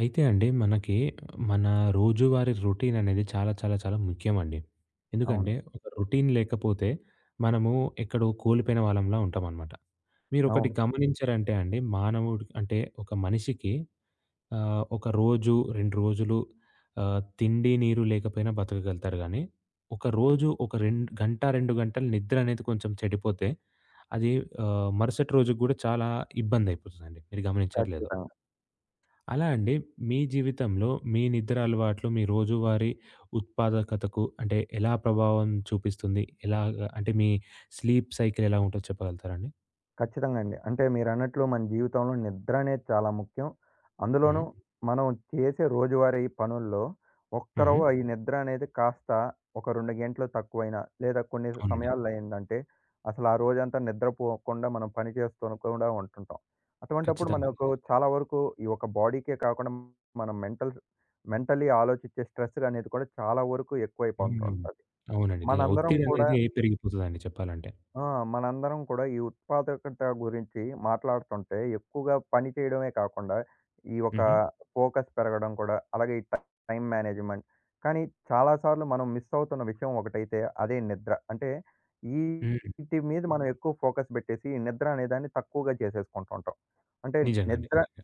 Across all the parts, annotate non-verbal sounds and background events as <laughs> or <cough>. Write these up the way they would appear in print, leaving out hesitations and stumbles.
అయితే అండి మనకి మన రోజువారీ రొటీన్ అనేది చాలా చాలా చాలా ముఖ్యమండి. అవును. ఎందుకంటే ఒక రొటీన్ లేకపోతే మనము ఎక్కడో కోల్పోయిన వాళ్ళంలా ఉంటామనమాట. మీరొకటి అవును. గమనించారంటే అండి మానవుడు అంటే ఒక మనిషికి ఒక రోజు, 2 రోజులు తిండి, నీరు లేకపోయినా బతకగలుగుతారు గానీ, ఒక రోజు ఒక గంట, 2 గంటలు నిద్ర అనేది కొంచెం చెడిపోతే అది మరుసటి రోజుకి గూడా చాలా ఇబ్బందయిపోతదండి. మీరు గమనించారో లేదో? ఖచ్చితంగా. అలా అండి మీ జీవితంలో మీ నిద్ర అలవాట్లు మీ రోజువారీ ఉత్పాదకతకు అంటే ఎలా ప్రభావం చూపిస్తుంది? ఎలాగా అంటే మీ స్లీప్ సైకిల్ ఎలా ఉంటదో చెప్పగలుగుతారండి? ఖచ్చితంగా అండి. అంటే మీరన్నట్లు మన జీవితంలో నిద్ర అనేది చాలా ముఖ్యం. అందులోనూ హ్మ్. మనం చేసే రోజువారీ పనుల్లో హ్మ్. ఒక్కరవ్వ ఈ నిద్ర అనేది కాస్త ఒక 2 గంటలు తక్కువైనా, లేదా కొన్ని అవునండి. సమయాల్లో అయిందంటే అసలు ఆ రోజంతా నిద్రపోకుండా మనం పని చేస్తూ కూడా ఉంటుంటాం. అటువంటప్పుడు ఖచ్చితంగా. మనకు చాలా వరకు ఈ ఒక బాడీకే కాకుండా మనం మెంటల్లీ ఆలోచించే స్ట్రెస్ అనేది కూడా చాలా వరకు హ్మ్. ఎక్కువైపోతుంటది. అవునండి. ది మనందరం ఒత్తిడి కూడా అనేది పెరిగిపోతదండి చెప్పాలంటే. ఆ! మనందరం కూడా ఈ ఉత్పాదకత గురించి మాట్లాడుతుంటే ఎక్కువగా పని చేయడమే కాకుండా, ఈ ఒక హుహు. ఫోకస్ పెరగడం కూడా, అలాగే ఈ టైమ్ మేనేజ్‌మెంట్. కానీ చాలా సార్లు మనం మిస్ అవుతున్న విషయం ఒకటైతే అదే నిద్ర. అంటే హ్మ్. ఈటి మీద మనం ఎక్కువ ఫోకస్ పెట్టేసి ఈ నిద్ర అనేదాన్ని తక్కువగా చేసేసుకుంటుంటాం. అంటే నిజంగండి. నిద్ర నిజంగా.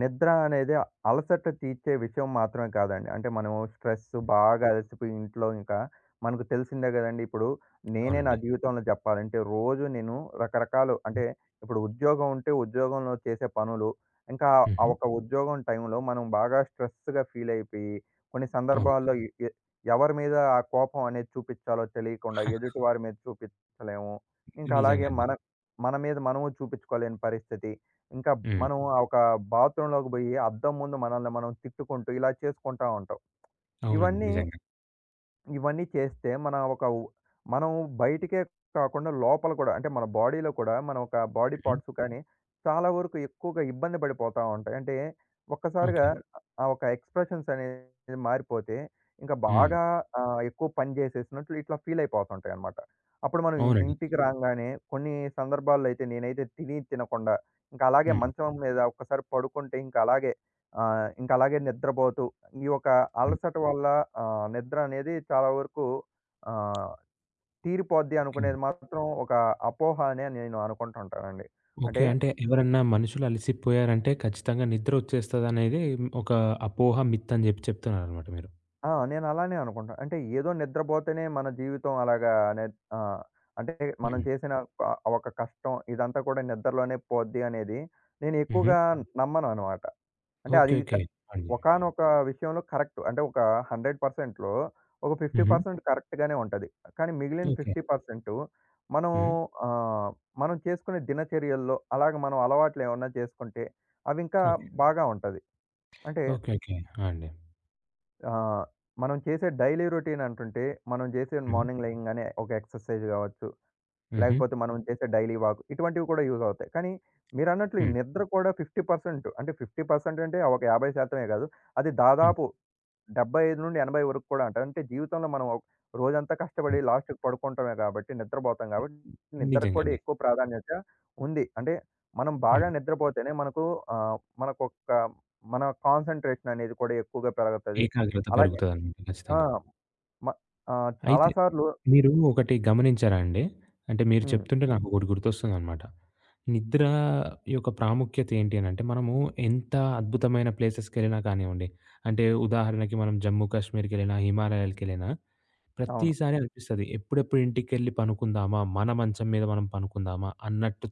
నిద్ర అనేది అలసట తీర్చే విషయం మాత్రమే కాదండి. అంటే మనము స్ట్రెస్ హ్మ్. బాగా అలసిపోయి ఇంట్లో ఇంకా మనకు తెలిసిందే గదండీ! ఇప్పుడు నేనే నా అవునండి. జీవితంలో జెప్పాలంటే రోజు నేను రకరకాలు అంటే ఇప్పుడు ఉద్యోగం ఉంటే ఉద్యోగంలో చేసే పనులు, ఇంకా ఆ హుహు. ఒక ఉద్యోగం టైంలో మనం బాగా స్ట్రెస్‌గా ఫీల్ అయిపోయి కొన్ని అవునండి. సందర్భాల్లో ఎ ఎ ఎవరి మీద ఆ కోపం అనేది చూపిచ్చాలో తెలియకుండా ఎదుటి వారి మీద చూపిచ్చలేము. ఇంకా అలాగే నిజంగండి. మన మన మీద మనము చూపిచ్చుకోలేని పరిస్థితి. ఇంకా హ్మ్. మనం ఆ ఒక బాత్రూంలోకి బోయి అద్దం ముందు మనల్ని మనం తిట్టుకుంటూ ఇలా చేసుకుంటా ఉంటాం. అవునండి. ఇవన్నీ నిజంగా. ఇవన్నీ చేస్తే మన ఒక ఉ మనం బయటికే కాకుండా లోపల కూడా అంటే మన బాడీలో కూడా మన ఒక బాడీ హ్మ్. పార్ట్స్ కానీ చాలా వరకు ఎక్కువగా ఇబ్బంది పడిపోతా ఉంటాయి. అంటే ఒక్కసారిగా ఓకే. ఆ ఒక ఎక్స్‌ప్రెషన్స్ అనేది మారిపోతే ఇంకా హ్మ్. బాగా ఎక్కువ పని చేసేసినట్లు ఇట్లా ఫీల్ అయిపోతుంటాయన్నమాట. అప్పుడు మనం అవునండి. ఇంటికి రాంగానే కొన్ని సందర్భాల్లో అయితే నేనైతే తిని తినకుండా ఇంకా అలాగే హ్మ్. మంచం మీద ఒక్కసారి పడుకుంటే ఇంకా అలాగే ఇంకా అలాగే నిద్రపోతూ ఈ యొక్క హ్మ్. అలసట వల్ల నిద్ర అనేది చాలా వరకు ఆహ్, తీరిపోద్ది ఓకే. అనుకునేది మాత్రం ఒక అపోహ అనే నేను అనుకుంటుంటానండి. ఓకే. అంటే అంటే ఎవరన్నా మనుషులు అలసిపోయారంటే ఖచ్చితంగా నిద్ర వచ్చేస్తదనేది ఒక అపోహ, మిత్ అని జెప్పి చెప్తున్నారనమాట మీరు. ఆ! నేను అలానే అనుకుంటాను. అంటే ఏదో నిద్రపోతేనే మన జీవితం అలాగా అనే ఆహ్, అంటే మనం హ్మ్. చేసిన ఒక ఒక కష్టం ఇదంతా కూడా నిద్రలోనే పోద్ది అనేది నేను హుహు. ఎక్కువగా నమ్మను అనమాట. అంటే అది ఓకే. క ఓకే. అండి. ఒకానొక విషయంలో కరెక్ట్. అంటే ఒక 100%లో ఒక హుహు. 50% కరెక్ట్‌గానే ఉంటది. కానీ మిగిలిన ఓకే. 50% మనం హ్మ్. ఆహ్, మనం చేసుకునే దినచర్యల్లో అలాగ మనం అలవాట్లు ఏమన్నా చేసుకుంటే అవి ఇంకా ఓకే. బాగా ఉంటది. అంటే ఓకే. ఓకే. ఆ! అండి. ఆహ్, మనం చేసే డైలీ రొటీన్ అంటుంటే మనం చేసే హ్మ్. మార్నింగ్ లెగింగానే ఒక ఎక్సర్సైజ్ గావచ్చు. హుహు. లేకపోతే మనం చేసే డైలీ వాక్ ఇటువంటివి కూడా యూజ్ అవుతాయి. కానీ మీరన్నట్లు ఈ హ్మ్. నిద్ర కూడా 50% అంటే 50% అంటే ఒక 50% కాదు. అది హ్మ్. దాదాపు 75-80 వరకు కూడా అంటారు. అంటే జీవితంలో మనం రోజంతా కష్టపడి హ్మ్. లాస్ట్‌కి పడుకుంటామే కాబట్టి నిద్రపోతాం కాబట్టి నిద్రకు కూడా నిజంగండి. ఎక్కువ ప్రాధాన్యత ఉంది. అంటే మనం బాగా హ్మ్. నిద్రపోతేనే మనకు ఆహ్, మనకొక మన కాన్సంట్రేషన్ అనేది కూడా ఎక్కువగా పెరుగుతది. ఏకాగ్రత అలాగే పెరుగుతదనమాట ఆ! ఖచ్చితంగా. మ చాలా అయితే సార్లు మీరు ఒకటి గమనించారా అండి? అంటే మీరు హ్మ్. చెప్తుంటే నాకొకటి గుర్తొస్తుందనమాట. నిద్ర యొక్క ప్రాముఖ్యత ఏంటి అనంటే, మనము ఎంత అద్భుతమైన ప్లేసెస్‌కెళ్ళినా కానివ్వండి, అంటే ఉదాహరణకి మనం జమ్మూ కాశ్మీర్‌కెళ్ళినా, హిమాలయాలకెళ్ళినా అవును. ప్రతిసారి అనిపిస్తది. ఎప్పుడెప్పుడు ఇంటికెళ్ళి పనుకుందామా? మన మంచం మీద మనం పనుకుందామా? అన్నట్టు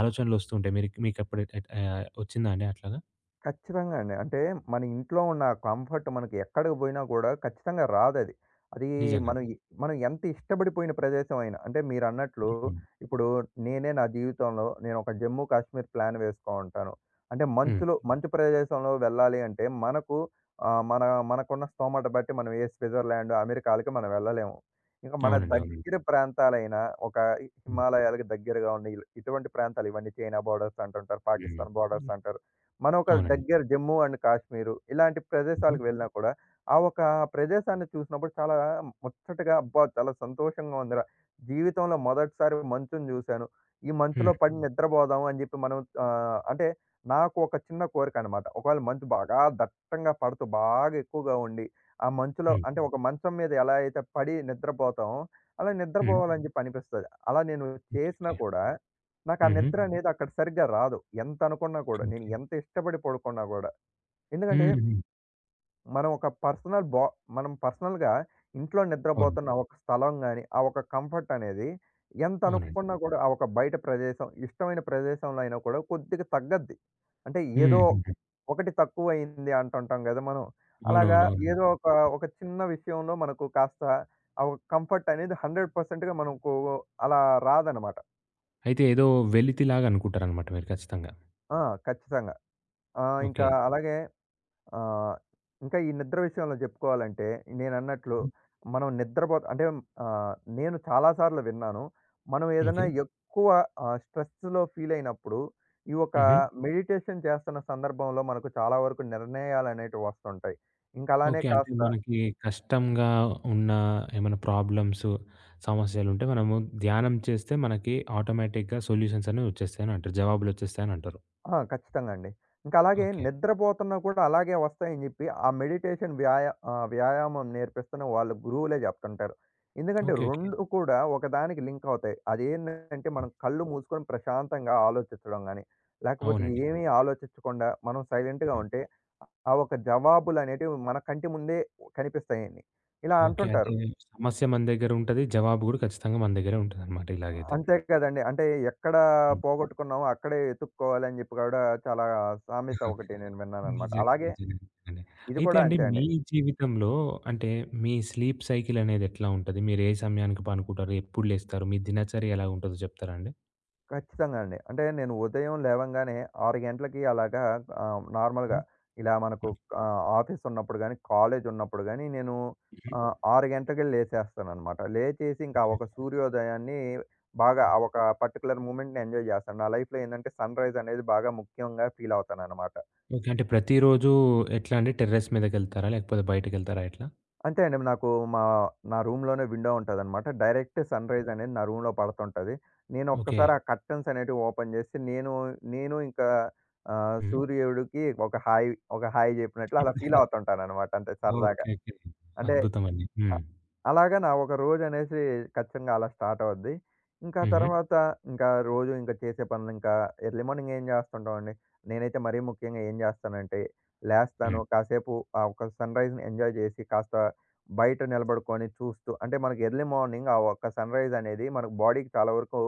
ఆలోచనలొస్తూ ఉంటాయి. మీకప్పుడు వచ్చిందా అండి అట్లాగా? ఖచ్చితంగా అండి. అంటే మన ఇంట్లో ఉన్న ఆ కంఫర్ట్ మనకి ఎక్కడికి పోయినా కూడా ఖచ్చితంగా రాదది. అది అది నిజంగా. మనం హ్మ్. ఎ మనం ఎంత ఇష్టపడిపోయిన ప్రదేశం అయినా అంటే మీరన్నట్లు హ్మ్. ఇప్పుడు నేనే నా జీవితంలో నేను ఒక జమ్మూ కాశ్మీర్ ప్లాన్ వేసుకో ఉంటాను. అంటే హ్మ్. మంచులో మంచు ప్రదేశంలో వెళ్ళాలి అంటే మనకు ఆహ్, మన మనకున్న స్తోమత బట్టి మనం ఏ స్విట్జర్లాండ్, అమెరికాలకి మనం వెళ్ళలేము. ఇంకా మన అవునండి. అవునండి. దగ్గర ప్రాంతాలైన ఒక హ్మ్. హిమాలయాలకు దగ్గరగా ఉన్న ఇటువంటి ప్రాంతాలు ఇవన్నీ చైనా బోర్డర్స్ అంటుంటారు. హ్మ్. పాకిస్తాన్ హ్మ్. బోర్డర్స్ అంటారు. మనం ఒక అవునండి. దగ్గర జమ్మూ అండ్ కాశ్మీరు ఇలాంటి హుహు. ప్రదేశాలకు వెళ్ళినా కూడా, ఆ ఒక ప్రదేశాన్ని చూసినప్పుడు చాలా ముచ్చటగా అబ్బా! చాలా సంతోషంగా ఉందిరా. జీవితంలో మొదటిసారి మంచుని చూశాను. ఈ మంచులో హ్మ్. పడి నిద్రపోదాం అని చెప్పి మనం అంటే నాకు ఒక చిన్న కోరికనమాట. ఒకవేళ మంచు బాగా దట్టంగా పడుతూ బాగా ఎక్కువగా ఉండి, ఆ మంచులో హ్మ్. అంటే ఒక మంచం మీద ఎలా అయితే పడి నిద్రపోతామో, అలా హ్మ్. నిద్రపోవాలని చెప్పి అనిపిస్తది. అలా నేను చేసినా ఓకే. కూడా నాకు ఆ హుహు. నిద్ర అనేది అక్కడ సరిగ్గా రాదు. ఎంత అనుకున్నా కూడా. ఓకే. నేను ఎంత ఇష్టపడి పడుకున్నా కూడా. ఎందుకంటే హ్మ్. హ్మ్. మనం ఒక పర్సనల్ బా మనం పర్సనల్‌గా ఇంట్లో అవును. నిద్రపోతున్న ఆ ఒక స్థలం గాని, ఆ ఒక కంఫర్ట్ అనేది ఎంత అవునండి. అనుకున్నా కూడా ఆ ఒక బయట ప్రదేశం, ఇష్టమైన ప్రదేశంలో అయినా కూడా కొద్దిగా తగ్గద్ది. అంటే హ్మ్. ఏదో హుహు. ఒకటి తక్కువయింది అంటుంటాం గదా! మనం. అలాగా అవునవునవునండి. ఏదో ఒక, ఒక చిన్న విషయంలో మనకు కాస్త ఆ ఒక కంఫర్ట్ అనేది 100%గా మనకు అలా రాదన్నమాట. అయితే ఏదో వెలితిలాగా అనుకుంటారనమాట మీరు ఖచ్చితంగా. ఆ! ఖచ్చితంగా. ఓకే. ఇంకా అలాగే ఆహ్, ఇంకా ఈ నిద్ర విషయంలో చెప్పుకోవాలంటే, నేనన్నట్లు మనం నిద్రపో అంటే ఆహ్, నేను చాలా సార్లు విన్నాను. మనం ఓకే. ఏదైనా ఎక్కువ స్ట్రెస్‌లో ఫీల్ అయినప్పుడు, ఈ ఒక హుహు. మెడిటేషన్ చేస్తున్న సందర్భంలో మనకు చాలా వరకు నిర్ణయాలనేటివి వస్తుంటాయి. ఇంక అలానే ఓకే. అంటే కాస్త మనకి కష్టంగా ఉన్న ఏమైనా ప్రాబ్లమ్స్, సమస్యలుంటే మనము ధ్యానం చేస్తే మనకి ఆటోమేటిక్‌గా సొల్యూషన్స్ అనేవి వచ్చేస్తాయని అంటారు. జవాబులొచ్చేస్తాయనంటారు. ఆ! ఖచ్చితంగా అండి. ఇంకా అలాగే ఓకే. నిద్రపోతున్నా కూడా అలాగే వస్తాయని జెప్పి, ఆ మెడిటేషన్ వ్యాయామం నేర్పిస్తున్న వాళ్ళు గురువులే జెప్తుంటారు. ఎందుకంటే ఓకే. ఓకే. 2 కూడా ఒకదానికి లింక్ అవుతాయి. అదేంటంటే హ్మ్. మనం కళ్ళు మూసుకొని ప్రశాంతంగా ఆలోచించడం గాని, లేకపోతే అవునండి. ఏమీ ఆలోచించకుండా మనం సైలెంట్‌గా హ్మ్. ఉంటే, ఆ ఒక జవాబులనేటివి మన కంటి ముందే కనిపిస్తాయని. ఇలా ఓకే. అంటే అంటుంటారు. సమస్య మన దగ్గరుంటది. జవాబు గూడా ఖచ్చితంగా మన దగ్గరే ఉంటదనమాట ఇలాగైతే. అంతే కదండీ. అంటే ఎక్కడ హ్మ్. పోగొట్టుకున్నామో అక్కడే ఎతుక్కోవాలి అని జెప్పి గూడా చాలా సామెత ఒకటి నేను విన్నాననమాట. నిజంగా. అలాగే నిజంగా. నిజంగానే. ఇది అయితే కూడా అండి అంతే మీ అండి. జీవితంలో అంటే మీ స్లీప్ సైకిల్ అనేది ఎట్లా ఉంటది? మీరు ఏ సమయానికి పనుకుంటారు? ఎప్పుడు లేస్తారు? మీ దినచర్య ఎలా ఉంటదో చెప్తారా అండి? ఖచ్చితంగా అండి. అంటే నేను ఉదయం లేవంగానే 6 గంటలకి అలాగా నార్మల్‌గా హ్మ్. ఇలా మనకు ఆఫీస్ ఉన్నప్పుడు గాని, కాలేజ్ ఉన్నప్పుడు గాని నేను హ్మ్. 6 గంటలకే లేచేస్తాననమాట. లేచేసి ఇంకా ఒక సూర్యోదయాన్ని బాగా ఆ ఒక పర్టిక్యులర్ మూమెంట్‌ని ఎంజాయ్ జేస్తాను. నా లైఫ్‌లో ఏందంటే సన్‌రైజ్ అనేది బాగా ముఖ్యంగా ఫీల్ అవుతాననమాట. ఓకే. అంటే ప్రతిరోజు ఎట్లా అండి టెర్రస్ మీదకెళ్తారా? లేకపోతే బయటకెళ్తారా ఎట్లా? అంతే అండి. నాకు మా నా రూమ్‌లోనే విండో ఉంటదనమాట. డైరెక్ట్ సన్‌రైజ్ అనేది నా రూమ్‌లో పడతుంటది. నేను ఓకే. ఒక్కసారి ఆ కర్టెన్స్ అనేటివి ఓపెన్ జేసి నేను ఇంకా <laughs> హ్మ్. సూర్యుడికి ఒక హాయ్, ఒక హాయ్ జెప్పినట్లు అలా ఫీల్ అవుతుంటాననమాట. అంతే సరదాగా. ఓకే. ఓకే. అంటే అద్భుతమండి. అ హ్మ్. అలాగా నా ఒక రోజనేసి ఖచ్చితంగా అలా స్టార్ట్ అవుద్ది. ఇంకా హుహు. తర్వాత ఇంకా రోజు ఇంకా చేసే పనులు ఇంకా ఎర్లీ మార్నింగ్ ఏం చేస్తుంటామండి. నేనైతే మరీ ముఖ్యంగా ఏం చేస్తానంటే లేస్తాను హ్మ్. కాసేపు ఆ ఒక సన్‌రైజ్‌ని ఎంజాయ్ చేసి కాస్త బయట నిలబడుకొని చూస్తూ అంటే మనకి ఎర్లీ మార్నింగ్ ఆ ఒక్క సన్‌రైజ్ అనేది మనకు బాడీకి చాలా వరకు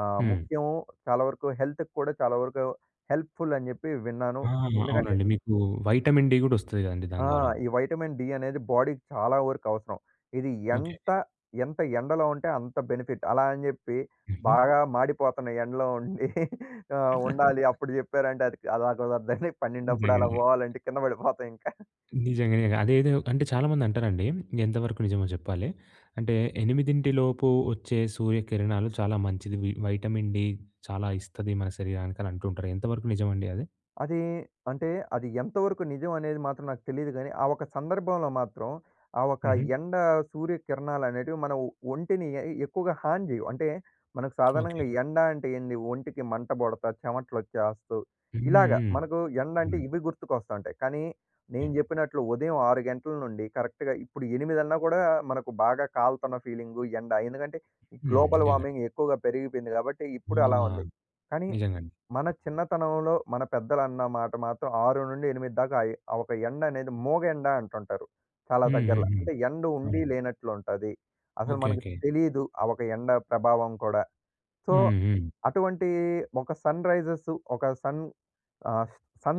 హ్మ్. ముఖ్యం. చాలా వరకు హెల్త్‌కి కూడా చాలా వరకు హెల్ప్‌ఫుల్ అని చెప్పి విన్నాను. ఆ! ఎందుకంటే అవునండి. మీకు వైటమిన్ డి గూడా ఒస్తది గదండీ ఆ! దాని ద్వారా. ఈ వైటమిన్ డి అనేది బాడీకి చాలా వరకు అవసరం. ఇది ఓకే. ఎంత, ఎంత ఎండలో ఉంటే అంత బెనిఫిట్. అలా అని జెప్పి హుహు. బాగా మాడిపోతున్న ఎండలో ఉండి <laughs> ఉండాలి అప్పుడు జెప్పారంటే అది అది కుదరదండి. 12 అప్పుడు అలా నిజంగానే. పోవాలంటే కింద పడిపోతాం ఇంక. నిజంగానే. అదేదో అంటే చాలామంది అంటారండి. ఎంతవరకు నిజమో చెప్పాలి. అంటే 8 లోపు వచ్చే సూర్యకిరణాలు చాలా మంచిది. వైటమిన్ డి చాలా ఇస్తది మన శరీరానికి అని అంటుంటారు. ఎంతవరకు నిజమండి అది? అది అంటే అది ఎంతవరకు నిజం అనేది మాత్రం నాకు తెలీదు గానీ, ఆ ఒక సందర్భంలో మాత్రం, ఆ ఒక హుహు. ఎండ సూర్యకిరణాలనేటివి మన ఒంటిని ఎక్కువగా హాని జేయవు. అంటే మనకు ఓకే. సాధారణంగా ఎండ అంటే ఏంది? ఒంటికి మంట పుడతా, చెమటలొచ్చేస్తూ హ్మ్. ఇలాగ హ్మ్. మనకు ఎండ అంటే అవునండి. ఇవి గుర్తుకొస్తా ఉంటాయి. కానీ నేను యాహ్! జెప్పినట్లు ఉదయం 6 గంటల నుండి కరెక్ట్‌గా ఇప్పుడు 8 అన్నా కూడా మనకు బాగా కాలుతున్న ఫీలింగు ఎండ. ఎందుకంటే, ఈ హ్మ్. గ్లోబల్ నిజంగానే. వార్మింగ్ ఎక్కువగా పెరిగిపోయింది గాబట్టి ఆ! ఇప్పుడు అలా ఉంది. కానీ నిజంగానే. మన చిన్నతనంలో మన పెద్దలు అన్న మాట మాత్రం 6-8 దాకా అయి ఆ ఒక ఎండ అనేది మూగెండ అంటుంటారు. చాలా హ్మ్. హ్మ్. దగ్గరల. హ్మ్. అంటే ఎండ ఉండి అవునండి. లేనట్లు ఉంటది. అసలు ఓకే. మనకు ఓకే. తెలీదు ఆ ఒక ఎండ ప్రభావం కూడా. సో, హ్మ్. హ్మ్. అటువంటి ఒక సన్‌రైజెస్ ఒక సన్ ఆహ్,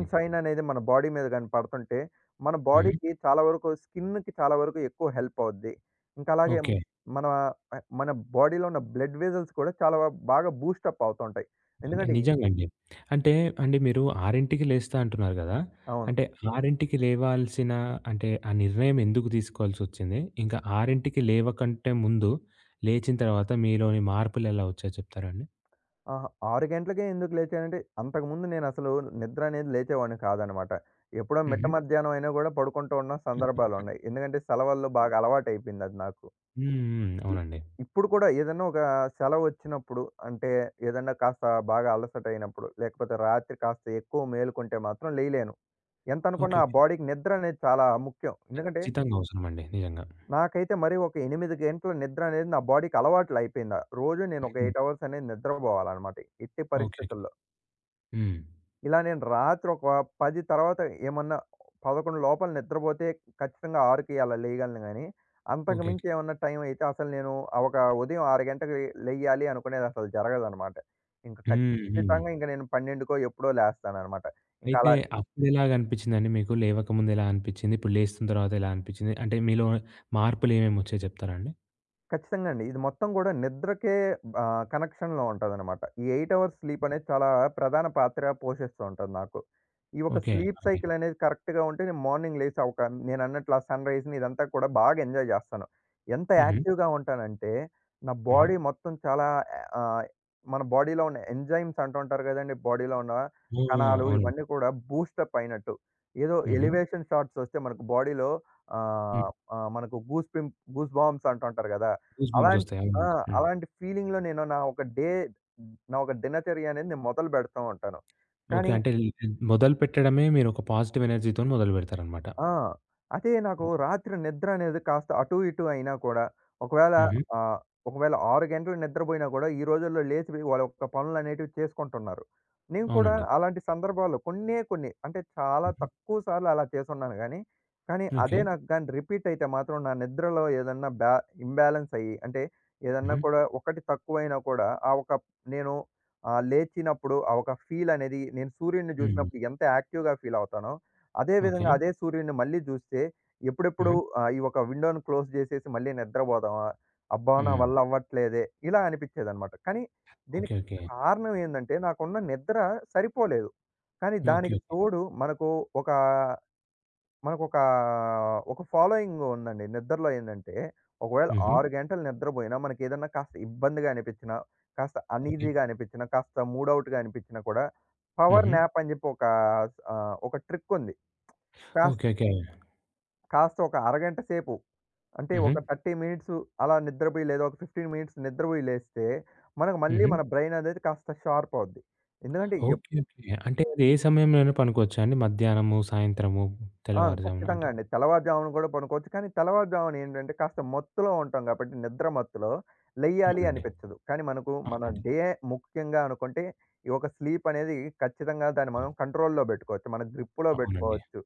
హ్మ్. అనేది మన బాడీ మీద గాని పడుతుంటే, మన హ్మ్. బాడీకి చాలా వరకు స్కిన్‌కి చాలా వరకు ఎక్కువ హెల్ప్ అవుద్ది. ఇంకా అలాగే ఓకే. మన బాడీలో ఉన్న బ్లడ్ వెసెల్స్ కూడా చాలా బాగా బూస్టప్ అవుతుంటాయి. ఎందుకంటే నిజంగండి. అంటే అండి మీరు 6కి లేస్తా అంటున్నారు గదా! అవును. అంటే 6కి లేవాల్సిన అంటే ఆ నిర్ణయం ఎందుకు తీసుకోవాల్సొచ్చింది? ఇంకా 6కి లేవకంటే ముందు, లేచిన తర్వాత మీలోని మార్పులెలా వచ్చాయో చెప్తారా అండి? ఆహా! 6 గంటలకే ఎందుకు లేచానంటే, అంతకుముందు నేనసలు నిద్ర అనేది లేచేవాడిని కాదనమాట. ఎప్పుడో మిట్ట హుహు. మధ్యాహ్నం అయినా గూడా పడుకుంటూ ఉన్న హ్మ్. సందర్భాలున్నాయి. ఎందుకంటే, సెలవుల్లో బాగా అలవాటయిపోయింది అది నాకు. హ్మ్. ఇ అవునండి. ఇప్పుడు కూడా ఏదన్నా ఒక సెలవొచ్చినప్పుడు, అంటే ఏదన్నా కాస్త బాగా అలసటయినప్పుడు, లేకపోతే రాత్రి కాస్త ఎక్కువ మేలుకుంటే మాత్రం లేయలేను. ఓకే. ఎంతనుకున్నా ఆ ఓకే. బాడీకి నిద్ర అనేది చాలా ముఖ్యం. ఎందుకంటే, ఖచ్చితంగా అవసరమండి. నిజంగా. నాకైతే మరీ ఒక 8 గంటల నిద్ర అనేది నా బాడీకి అలవాట్లయిపోయింది. రోజు నేను ఒక హ్మ్. 8 అవర్స్ అనేది నిద్రబోవాలనమాట ఎట్టి ఓకే. ఓకే. పరిస్థితుల్లో. హ్మ్. ఇలా నేను రాత్రి ఒక 10 తర్వాత ఏమన్నా 11 లోపల నిద్రపోతే ఖచ్చితంగా 6కి అలా లేయగలను గానీ, అంతకు ఓకే. ఓకే. మించి ఏమన్నా టైం అయితే అసలు నేను ఆ ఒక ఉదయం 6 గంటలకి లెయ్యాలి అనుకునేది అసలు జరగదనమాట. ఇంక హ్మ్. హ్మ్. ఖచ్చితంగా ఇంక నేను 12కో ఎప్పుడో లేస్తాననమాట. ఇంక అయితే అలా అప్పుడెలాగనిపిచ్చిందండి మీకు? లేవకముందు ఎలా అనిపిచ్చింది? ఇప్పుడు లేస్తున్న తర్వాత ఎలా అనిపిచ్చింది? అంటే మీలో మార్పులేమేమొచ్చాయో చెప్తారా అండి? ఖచ్చితంగా అండి. ఇది మొత్తం గూడా నిద్రకే కనెక్షన్‌లో ఉంటదనమాట. ఈ 8 అవర్స్ స్లీప్ అనేది చాలా ప్రధాన పాత్ర పోషిస్తూ ఉంటది నాకు. ఈ ఒక ఓకే. స్లీప్ అండి. సైకిల్ అనేది కరెక్ట్‌గా ఉంటే నేను మార్నింగ్ లేసి ఒక నేనన్నట్లు ఆ సన్‌రైజ్‌ని ఇదంతా కూడా బాగా ఎంజాయ్ జేస్తాను. ఎంత హుహు. యాక్టివ్‌గా ఉంటానంటే నా హ్మ్. బాడీ మొత్తం చాలా ఆహ్, మన బాడీలో ఉన్న ఎంజైమ్స్ అంటూ ఉంటారు గదండీ! బాడీలో ఉన్న ఆ! కణాలు అవునండి. ఇవన్నీ కూడా బూస్టప్ అయినట్టు. ఏదో హుహు. ఎలివేషన్ షాట్స్ ఒస్తే మనకు బాడీలో హ్మ్. ఆహ్, ఆహ్, మనకు గూస్ బాంబ్స్ అంటుంటారు గదా! గూస్‌బంప్స్ అలాంటి ఒస్తాయి. ఆ! అవును. హ్మ్. అలాంటి ఫీలింగ్‌లో నేను నా ఒక డే, నా ఒక దినచర్య అనేది నేను మొదలు పెడతా ఉంటాను. ఓకే. కానీ అంటే మొదలు పెట్టడమే మీరొక పాజిటివ్ ఎనర్జీ‌తోని మొదలు పెడతారనమాట. ఆ! అదే నాకు రాత్రి నిద్ర అనేది కాస్త అటు ఇటు అయినా కూడా, ఒకవేళ హుహు. ఆహ్, ఒకవేళ 6 గంటలు నిద్రబోయినా కూడా ఈ రోజుల్లో లేచి వాళ్ళ యొక్క పనులనేటివి చేసుకుంటున్నారు. నేను కూడా అవునండి. అలాంటి సందర్భాల్లో కొన్నే కొన్ని అంటే చాలా హుహు. తక్కువ సార్లు అలా చేసున్నాను గానీ, కానీ ఓకే. అదే ఓకే. నాకు గాని రిపీట్ అయితే మాత్రం నా నిద్రలో ఏదన్నా ఇంబాలెన్స్ అయ్యి అంటే ఏదన్నా హుహు. కూడా ఒకటి తక్కువైనా కూడా ఆ ఒక నేను లేచినప్పుడు ఆ ఒక ఫీల్ అనేది నేను సూర్యుడిని హ్మ్. చూసినప్పుడు ఎంత యాక్టివ్‌గా ఫీల్ అవుతానో అదే ఓకే. విధంగా అదే సూర్యుడిని మళ్ళీ చూస్తే ఎప్పుడెప్పుడు హుహు. ఈ ఒక విండో‌ని క్లోజ్ చేసేసి మళ్ళీ నిద్రపోదామా? అబ్బా! నా హ్మ్. వల్ల అవ్వట్లేదే ఇలా అనిపించేదనమాట. కానీ ఓకే. దీనికి ఓకే. కారణం ఏందంటే నాకున్న నిద్ర సరిపోలేదు. కానీ దానికి ఓకే. తోడు మనకు ఒక మనకొక ఒక ఒక ఫాలోయింగ్ ఉందండి. నిద్రలో ఏందంటే ఒకవేళ హుహు. 6 గంటలు నిద్రపోయినా మనకేదన్నా కాస్త ఇబ్బందిగా అనిపించినా, కాస్త ఓకే. అనీజీగా అనిపించినా, కాస్త మూడ్ ఔట్‌గా అనిపించినా కూడా పవర్ హుహు. న్యాప్ అని చెప్పి ఒక ఒక ట్రిక్ ఉంది. కాస్త ఓకే. ఓకే. కాస్త ఒక అరగంట సేపు అంటే హుహు. ఒక 30 మినిట్స్ అలా నిద్రపోయి లేదా ఒక 15 మినిట్స్ నిద్రపోయి లేస్తే మనకు మళ్ళీ హుహు. మన బ్రెయిన్ అనేది కాస్త షార్ప్ అవుద్ది. ఎందుకంటే ఓకే. ఓకే. అంటే అది ఏ సమయంలోనైనా పనుకోవచ్చా అండి? మధ్యాహ్నము, సాయంత్రము, ఆ! తెల్లవారుజామున ఖచ్చితంగా అంటే అండి. తెల్లవారుజామున కూడా పనుకోవచ్చు. కానీ తెల్లవారుజామున ఏంటంటే కాస్త మత్తులో ఉంటాం కాబట్టి నిద్ర మత్తులో లెయ్యాలి అవునండి. అనిపించదు. కానీ మనకు మన అవునండి. డే ముఖ్యంగా అనుకుంటే ఈ ఒక స్లీప్ అనేది ఖచ్చితంగా దాన్ని హ్మ్. మనం కంట్రోల్‌లో పెట్టుకోవచ్చు. మన గ్రిప్‌లో అవునండి. పెట్టుకోవచ్చు.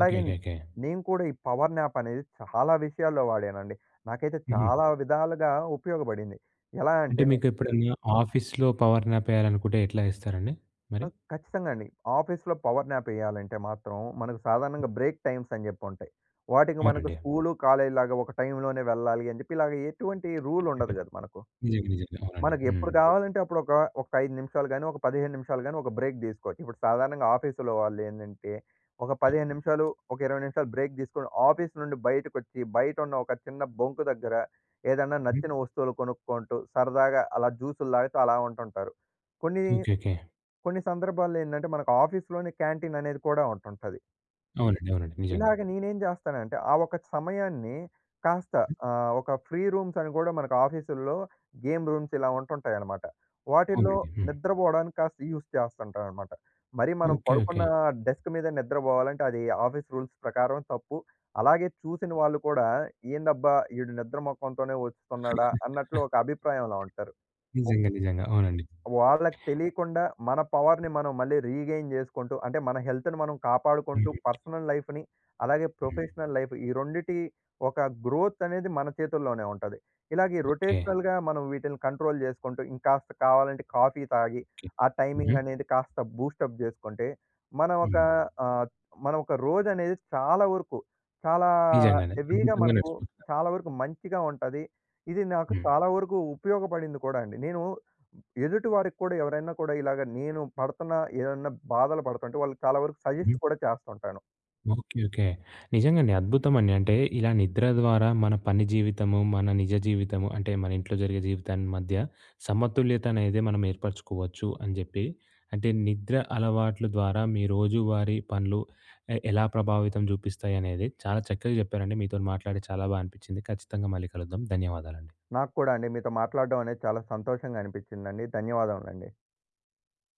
ఓకే. ఓకే. ఓకే. నేను కూడా ఈ పవర్ న్యాప్ అనేది చాలా విషయాల్లో వాడానండి. నాకైతే హుహు. చాలా విధాలుగా ఉపయోగపడింది. ఎలా అంటే అంటే మీకెప్పుడన్నా ఆఫీస్‌లో పవర్ న్యాప్ ఎయాలనుకుంటే ఎట్లా ఎస్తారండి మరి? ఖచ్చితంగా అండి. ఆఫీస్‌లో పవర్ న్యాప్ ఎయాలంటే మాత్రం మనకు సాధారణంగా బ్రేక్ టైమ్స్ అని జెప్పి ఉంటాయి. వాటికి అవును. మనకు అవునండి. స్కూలు, కాలేజీలాగా ఒక టైంలోనే వెళ్ళాలి అని జెప్పి ఇలాగ ఎటువంటి రూల్ హుహు. ఉండదు గదా! మనకు. నిజంగా. నిజంగా. అవునండి. మనకు హ్మ్. ఎప్పుడు కావాలంటే అప్పుడు ఒక, ఒక 5 నిమిషాలు గాని, ఒక 15 నిమిషాలు గాని ఒక బ్రేక్ తీసుకోవచ్చు. ఇప్పుడు సాధారణంగా ఆఫీసులో వాళ్ళు ఏందంటే, ఒక 15 నిమిషాలు, ఒక 20 నిమిషాలు బ్రేక్ తీసుకొని ఆఫీస్ నుండి బయటకొచ్చి, బయట ఉన్న ఒక చిన్న బొంకు దగ్గర ఏదన్నా హుహు. నచ్చిన వస్తువులు కొనుక్కుంటూ, సరదాగా అలా జ్యూసులు తాగుతూ అలా ఉంటుంటారు. కొన్ని, హ్మ్. ఓకే. ఓకే. కొన్ని సందర్భాల్లో ఏందంటే, మనకు ఆఫీస్‌లోనే క్యాంటీన్ అనేది కూడా ఉంటుంటది. అవునండి. అవునండి. నిజంగా. ఇలాగ నేనేం జేస్తానంటే, ఆ ఒక సమయాన్ని కాస్త ఒక ఫ్రీ రూమ్స్ అని గూడా మనకు ఆఫీసుల్లో గేమ్ రూమ్స్ ఇలా ఉంటుంటాయనమాట. వాటిల్లో అవునండి. హ్మ్. నిద్రబోవడానికి కాస్త యూజ్ చేస్తుంటాననమాట. మరి మనం ఓకే. ఓకే. పడుకున్న డెస్క్ మీద నిద్రబోవాలంటే అది ఆఫీస్ రూల్స్ ప్రకారం తప్పు. అలాగే చూసిన వాళ్ళు కూడా ఏందబ్బా! ఈడు నిద్ర మోకంతోనే వస్తున్నాడా అన్నట్లు ఒక అభిప్రాయంలో ఉంటారు. నిజంగా. నిజంగా. అవునండి. వాళ్ళకి తెలియకుండా మన పవర్‌ని మనం మళ్ళీ రీగెయిన్ చేసుకుంటూ, అంటే మన హెల్త్‌ని మనం కాపాడుకుంటూ, హ్మ్. పర్సనల్ లైఫ్‌ని అలాగే హ్మ్. ప్రొఫెషనల్ లైఫ్ ఈ రెండిటి ఒక గ్రోత్ అనేది మన చేతుల్లోనే ఉంటది. ఇలాగ ఈ ఓకే. రొటేషనల్‌గా మనం వీటిని కంట్రోల్ చేసుకుంటూ, ఇంకాస్త కావాలంటే కాఫీ తాగి, ఓకే. ఆ హుహు. టైమింగ్ అనేది కాస్త బూస్టప్ చేసుకుంటే, మనం ఒక హ్మ్. ఆహ్, మనం ఒక రోజనేది చాలా వరకు, చాలా నిజంగానే. హెవీగా అద్భుతంగా మనకు నడిచిపోతుంది. చాలా వరకు మంచిగా ఉంటది. ఇది నాకు హ్మ్. చాలా వరకు ఉపయోగపడింది కూడా అండి. నేను ఎదుటి వారికి కూడా ఎవరైనా కూడా ఇలాగ నేను పడుతున్న ఏదన్నా బాధలు పడుతుంటే వాళ్ళకి చాలా వరకు హుహు. సజెస్ట్ కూడా చేస్తుంటాను. ఓకే. ఓకే. నిజంగండి. అద్భుతమండి. అంటే ఇలా నిద్ర ద్వారా మన పని జీవితము, మన నిజ జీవితము అంటే మన ఇంట్లో జరిగే జీవితాన్ని మధ్య సమతుల్యత అనేది మనం ఏర్పరచుకోవచ్చు అని జెప్పి, అంటే నిద్ర అలవాట్ల ద్వారా మీ రోజువారీ పనులు ఎలా ప్రభావితం జూపిస్తాయనేది చాలా చక్కగా జెప్పారండి. మీతోని మాట్లాడి చాలా బా అనిపిచ్చింది. ఖచ్చితంగా మళ్ళీ కలుద్దాం. ధన్యవాదాలండి. నాకు కూడా అండి మీతో మాట్లాడడం అనేది చాలా సంతోషంగా అనిపించిందండి. ధన్యవాదములండి.